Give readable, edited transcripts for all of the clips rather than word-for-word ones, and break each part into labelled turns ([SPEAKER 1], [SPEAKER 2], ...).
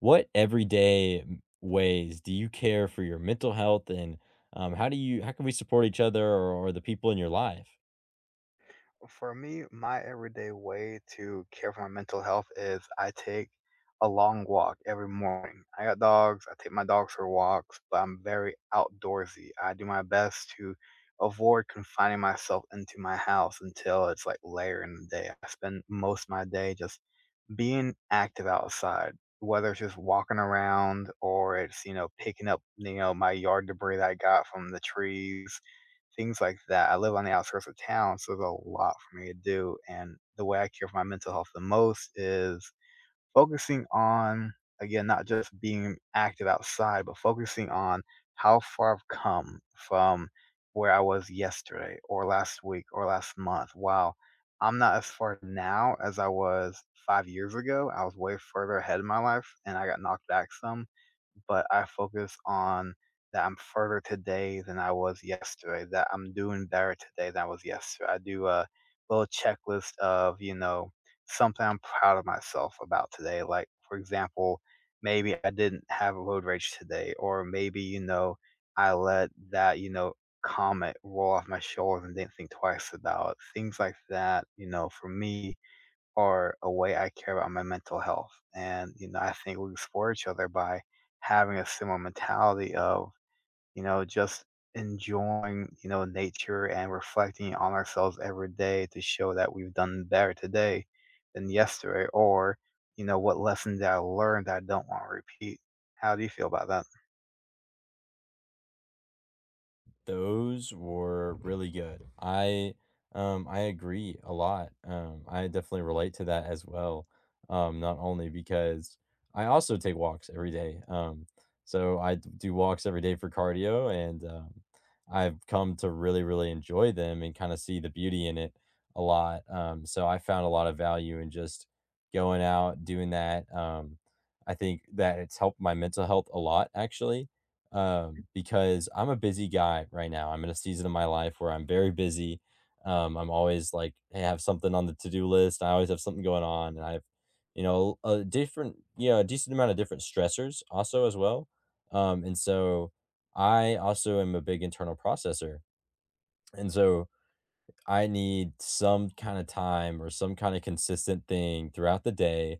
[SPEAKER 1] What everyday ways do you care for your mental health, and how do you how can we support each other or the people in your life?
[SPEAKER 2] For me, my everyday way to care for my mental health is I take a long walk every morning. I got dogs. I take my dogs for walks, but I'm very outdoorsy. I do my best to avoid confining myself into my house until it's like later in the day. I spend most of my day just being active outside, whether it's just walking around or it's, picking up, my yard debris that I got from the trees, things like that. I live on the outskirts of town, so there's a lot for me to do, and the way I care for my mental health the most is focusing on, again, not just being active outside, but focusing on how far I've come from where I was yesterday or last week or last month. Wow, I'm not as far now as I was 5 years ago. I was way further ahead in my life and I got knocked back some, but I focus on that I'm further today than I was yesterday, that I'm doing better today than I was yesterday. I do a little checklist of, something I'm proud of myself about today. Like, for example, maybe I didn't have road rage today, or maybe, I let that, comment roll off my shoulders and didn't think twice about it. Things like that, for me are a way I care about my mental health. And, I think we support each other by having a similar mentality of, just enjoying, nature and reflecting on ourselves every day to show that we've done better today than yesterday or, what lesson did I learn that I don't want to repeat? How do you feel about that?
[SPEAKER 1] Those were really good. I agree a lot. I definitely relate to that as well. Not only because I also take walks every day. So I do walks every day for cardio, and I've come to really, really enjoy them and kind of see the beauty in it a lot. So I found a lot of value in just going out, doing that. I think that it's helped my mental health a lot, actually, because I'm a busy guy right now. I'm in a season of my life where I'm very busy. I'm always like, I have something on the to do list. I always have something going on, and I have, you know, a different, a decent amount of different stressors also as well. And so I also am a big internal processor, and so I need some kind of time or some kind of consistent thing throughout the day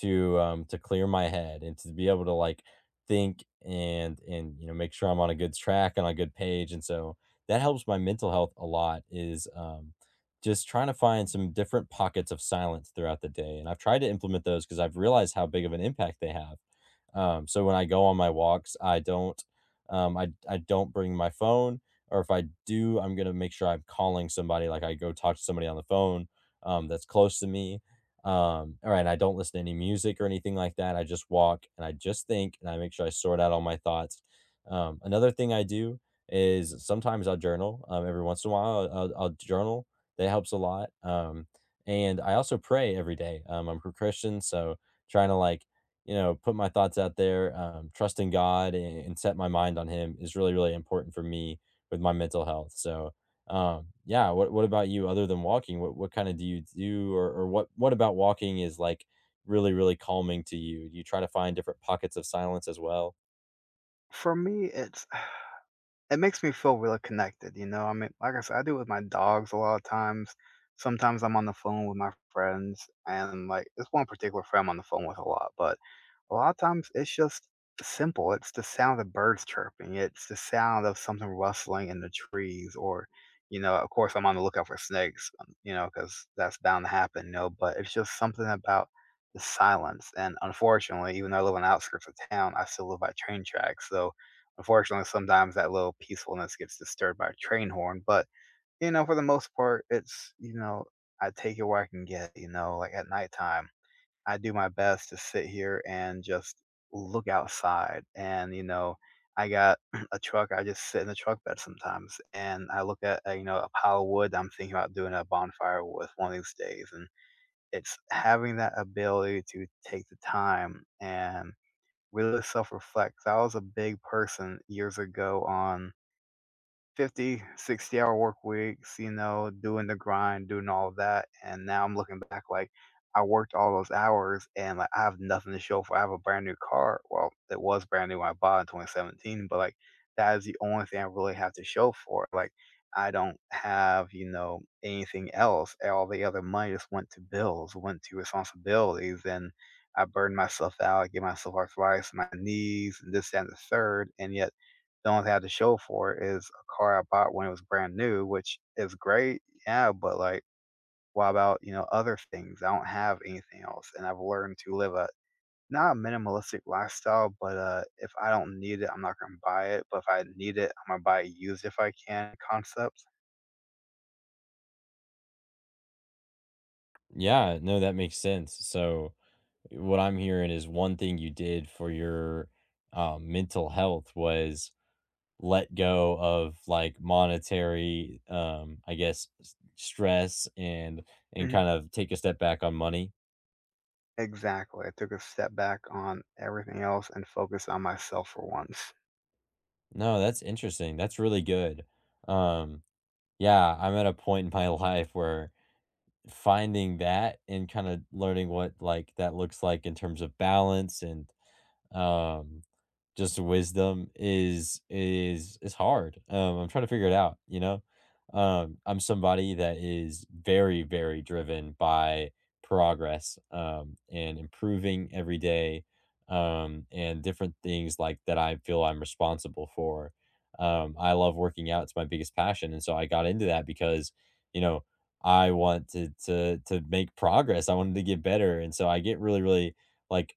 [SPEAKER 1] to clear my head and to be able to like think and make sure I'm on a good track and on a good page. And so that helps my mental health a lot is just trying to find some different pockets of silence throughout the day, and I've tried to implement those because I've realized how big of an impact they have. So when I go on my walks, I don't bring my phone, or if I do, I'm gonna make sure I'm calling somebody. Like, I go talk to somebody on the phone, that's close to me. All right, and I don't listen to any music or anything like that. I just walk and I just think, and I make sure I sort out all my thoughts. Another thing I do is sometimes I'll journal. Every once in a while, I'll journal. That helps a lot. And I also pray every day. I'm a Christian, so trying to like put my thoughts out there, trust in God, and set my mind on Him is really, really important for me with my mental health. So, yeah. What about you? Other than walking, what kind of do you do, or what about walking is like really, really calming to you? Do you try to find different pockets of silence as well?
[SPEAKER 2] For me, it makes me feel really connected, you know? I mean, like I said, I do it with my dogs a lot of times. Sometimes I'm on the phone with my friends, and, like, this one particular friend I'm on the phone with a lot, but a lot of times it's just simple. It's the sound of birds chirping, it's the sound of something rustling in the trees or, of course, I'm on the lookout for snakes, because that's bound to happen, but it's just something about the silence, and unfortunately, even though I live on the outskirts of town, I still live by train tracks, so unfortunately, sometimes that little peacefulness gets disturbed by a train horn, but, for the most part, it's, I take it where I can get, like at nighttime, I do my best to sit here and just look outside and, I got a truck, I just sit in the truck bed sometimes and I look at, a pile of wood I'm thinking about doing a bonfire with one of these days, and it's having that ability to take the time and really self-reflect. I was a big person years ago on 50, 60 hour work weeks, doing the grind, doing all of that, and now I'm looking back like, I worked all those hours and, like, I have nothing to show for I have a brand new car. Well, it was brand new when I bought it in 2017, but, like, that is the only thing I really have to show for it, like, I don't have, anything else, all the other money just went to bills, went to responsibilities, and I burned myself out, I gave myself arthritis in my knees, and this, that, and the third, and yet the only thing I have to show for it is a car I bought when it was brand new, which is great, yeah, but, like, what about, other things? I don't have anything else, and I've learned to live a not a minimalistic lifestyle, but, if I don't need it, I'm not gonna buy it, but if I need it, I'm gonna buy it used if I can concept.
[SPEAKER 1] Yeah. No, that makes sense. So, what I'm hearing is one thing you did for your mental health was let go of like monetary, I guess, stress and
[SPEAKER 2] Mhm.
[SPEAKER 1] kind of take a step back on money.
[SPEAKER 2] Exactly, I took a step back on everything else and focused on myself for once.
[SPEAKER 1] No, that's interesting. That's really good. Um, yeah, I'm at a point in my life where finding that and kind of learning what like that looks like in terms of balance and um just wisdom is hard. I'm trying to figure it out, you know? I'm somebody that is very, very driven by progress, and improving every day, and different things like that I feel I'm responsible for. I love working out. It's my biggest passion. And so I got into that because, you know, I wanted to make progress. I wanted to get better. And so I get really, really, like,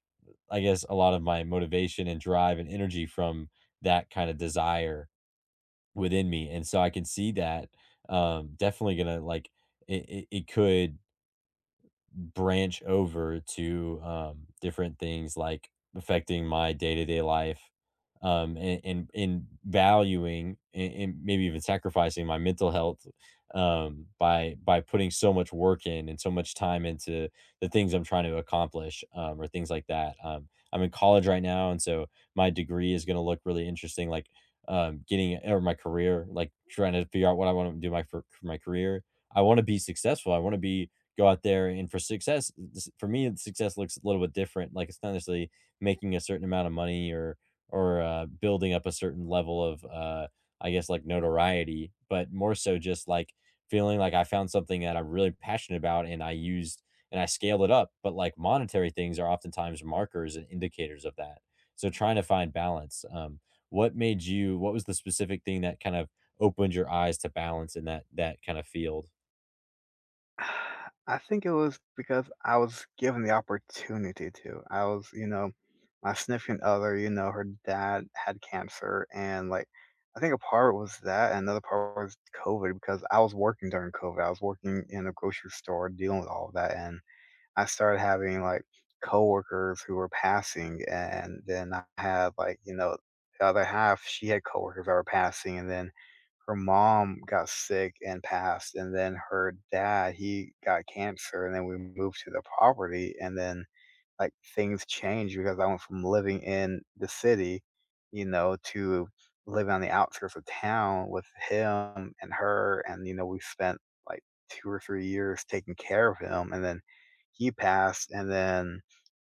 [SPEAKER 1] I guess, a lot of my motivation and drive and energy from that kind of desire within me, and so I can see that, definitely gonna like it could branch over to, different things, like, affecting my day-to-day life, and valuing and maybe even sacrificing my mental health, by putting so much work in and so much time into the things I'm trying to accomplish, or things like that. I'm in college right now, and so my degree is gonna look really interesting, like, getting or my career, like, trying to figure out what I wanna do my for my career. I wanna be successful, I wanna be go out there and for success for me success looks a little bit different. Like, it's not necessarily making a certain amount of money or building up a certain level of I guess like notoriety, but more so just like feeling like I found something that I'm really passionate about and I used and I scaled it up. But like, monetary things are oftentimes markers and indicators of that. So trying to find balance. What made you, what was the specific thing that kind of opened your eyes to balance in that kind of field?
[SPEAKER 2] I think it was because I was given the opportunity to. I was, my significant other, her dad had cancer and like I think a part was that and another part was COVID because I was working during COVID. I was working in a grocery store dealing with all of that and I started having like coworkers who were passing and then I had, like, the other half she had coworkers that were passing and then her mom got sick and passed, and then her dad, he got cancer, and then we moved to the property, and then, like, things changed because I went from living in the city, to living on the outskirts of town with him and her, and, we spent, like, 2 or 3 years taking care of him, and then he passed, and then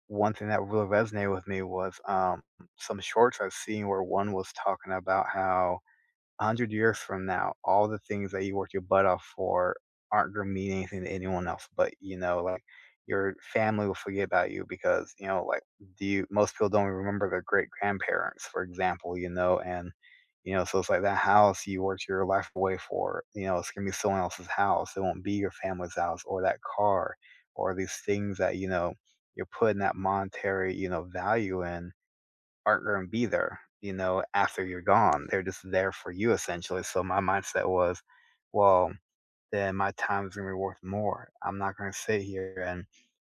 [SPEAKER 2] one thing that really resonated with me was, some shorts I've seen where one was talking about how 100 years from now, all the things that you worked your butt off for aren't gonna mean anything to anyone else but, like, your family will forget about you because, like, do you most people don't remember their great-grandparents, for example, and, so it's like that house you worked your life away for, it's gonna be someone else's house, it won't be your family's house or that car or these things that, you're putting that monetary, value in, aren't going to be there, after you're gone. They're just there for you essentially. So my mindset was, well, then my time is going to be worth more. I'm not going to sit here and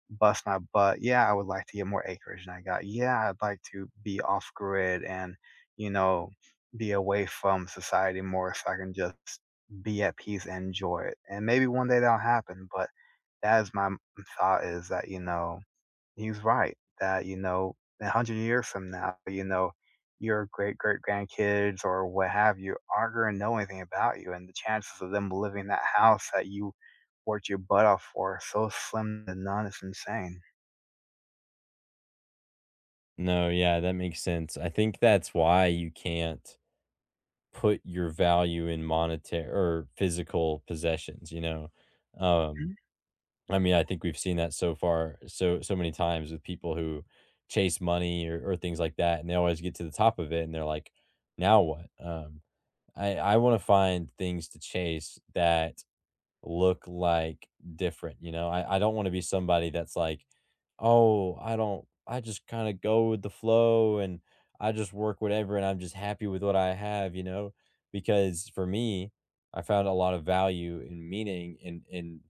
[SPEAKER 2] bust my butt. Yeah, I would like to get more acreage than I got. Yeah, I'd like to be off grid and, you know, be away from society more so I can just be at peace and enjoy it. And maybe one day that'll happen. But that is my thought is that, he's right that, a 100 years from now, your great great grandkids or what have you aren't going to know anything about you, and the chances of them living in that house that you worked your butt off for are so slim to none, it's insane.
[SPEAKER 1] No, yeah, that makes sense. I think that's why you can't put your value in monetary or physical possessions, you know? Um,
[SPEAKER 2] Mhm,
[SPEAKER 1] I mean, I think we've seen that so many times with people who chase money or things like that, and they always get to the top of it and they're like, now what? I want to find things to chase that look like different, you know. I don't want to be somebody that's like, oh, I don't, I just kinda go with the flow and I just work whatever and I'm just happy with what I have, you know? Because for me, I found a lot of value and meaning in in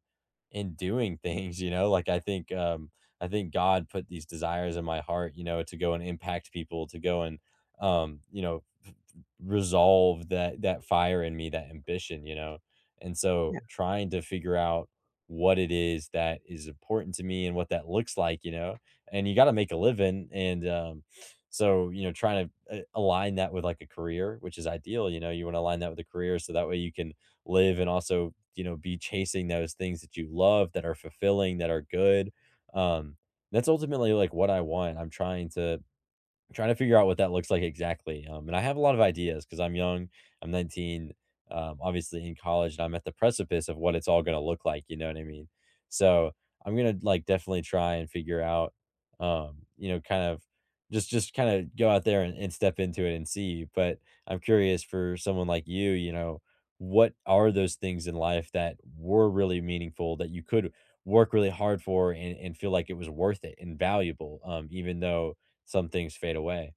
[SPEAKER 1] in doing things, you know? Like I think God put these desires in my heart, you know, to go and impact people, to go and you know, resolve that fire in me, that ambition, you know? And so
[SPEAKER 2] yeah.
[SPEAKER 1] trying to figure out what it is that is important to me and what that looks like, you know? And you gotta make a living, and, so, you know, trying to, align that with, like, a career, which is ideal, you know? You wanna align that with a career so that way you can live and also, you know, be chasing those things that you love, that are fulfilling, that are good, um, that's ultimately, like, what I want. I'm trying to figure out what that looks like exactly, and I have a lot of ideas because 'cause I'm young, I'm 19, obviously in college, and I'm at the precipice of what it's all gonna look like, you know what I mean? So, I'm gonna, like, definitely try and figure out, you know, kind of just kinda go out there and step into it and see. But I'm curious, for someone like you know, what are those things in life that were really meaningful that you could work really hard for and feel like it was worth it and valuable, even though some things fade away.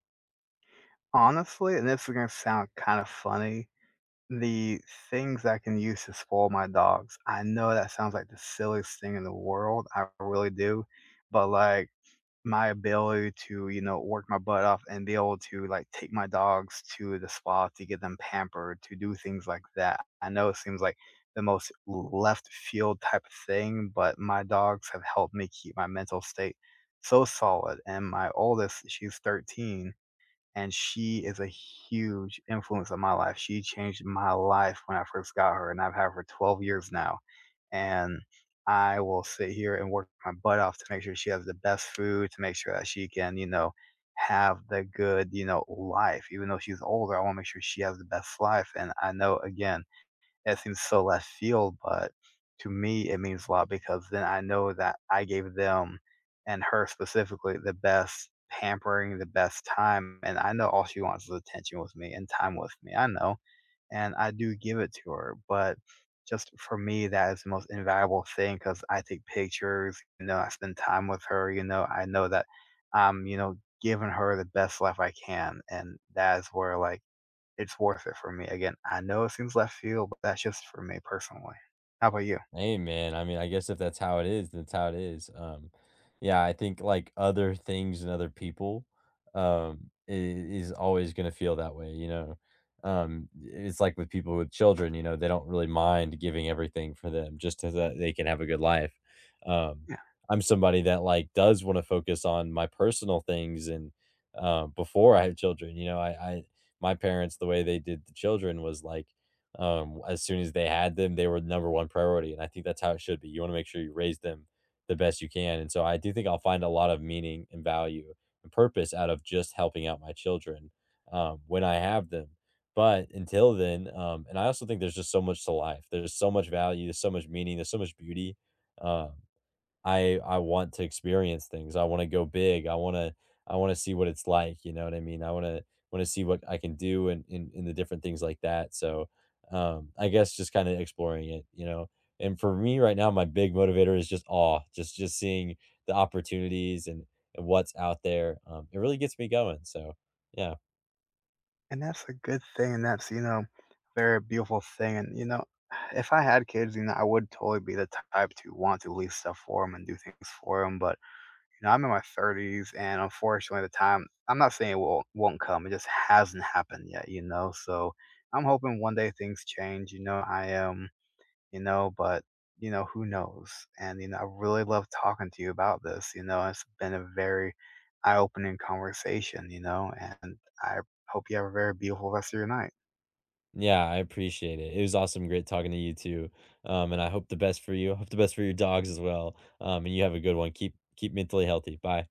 [SPEAKER 2] Honestly, and this is gonna sound kinda funny, the things I can use to spoil my dogs, I know that sounds like the silliest thing in the world, I really do, but, like, my ability to, work my butt off and be able to, like, take my dogs to the spa to get them pampered, to do things like that. I know it seems like the most left field type of thing, but my dogs have helped me keep my mental state so solid, and my oldest, she's 13 and she is a huge influence on my life. She changed my life when I first got her, and I've had her for 12 years now. And I will sit here and work my butt off to make sure she has the best food, to make sure that she can, have the good, life. Even though she's older, I want to make sure she has the best life. And I know, again, it seems so left field, but to me, it means a lot because then I know that I gave them and her specifically the best pampering, the best time, and I know all she wants is attention with me and time with me. I know, and I do give it to her, but just for me, that is the most invaluable thing because I take pictures, I spend time with her, I know that I'm, giving her the best life I can, and that is where like it's worth it for me. Again, I know it seems left field, but that's just for me personally. How about you?
[SPEAKER 1] Hey man, I mean, I guess if that's how it is, that's how it is. Yeah, I think like other things and other people, is always gonna feel that way, you know. It's like with people with children, you know, they don't really mind giving everything for them just so that they can have a good life. Um,
[SPEAKER 2] Yeah,
[SPEAKER 1] I'm somebody that like does want to focus on my personal things and before I have children, you know, I my parents, the way they did the children was like, as soon as they had them, they were the number one priority, and I think that's how it should be. You want to make sure you raise them the best you can, and so I do think I'll find a lot of meaning and value and purpose out of just helping out my children, when I have them. But until then, and I also think there's just so much to life. There's so much value. There's so much meaning. There's so much beauty. Um, I want to experience things. I wanna go big. I wanna see what it's like, you know what I mean? I wanna wanna see what I can do and in the different things like that. So, I guess just kinda exploring it, you know? And for me right now, my big motivator is just awe, just seeing the opportunities and what's out there. It really gets me going. So, yeah.
[SPEAKER 2] and that's a good thing, and that's, a very beautiful thing, and, if I had kids, I would totally be the type to want to leave stuff for them and do things for them. But, I'm in my 30s, and unfortunately, the time I'm not saying it won't come, it just hasn't happened yet, so I'm hoping one day things change, I am, but, who knows? And, I really love talking to you about this, it's been a very eye opening conversation, and I hope you have a very beautiful rest of your night.
[SPEAKER 1] Yeah, I appreciate it. It was awesome, great talking to you too. And I hope the best for you. Hope the best for your dogs as well. And you have a good one. Keep mentally healthy. Bye.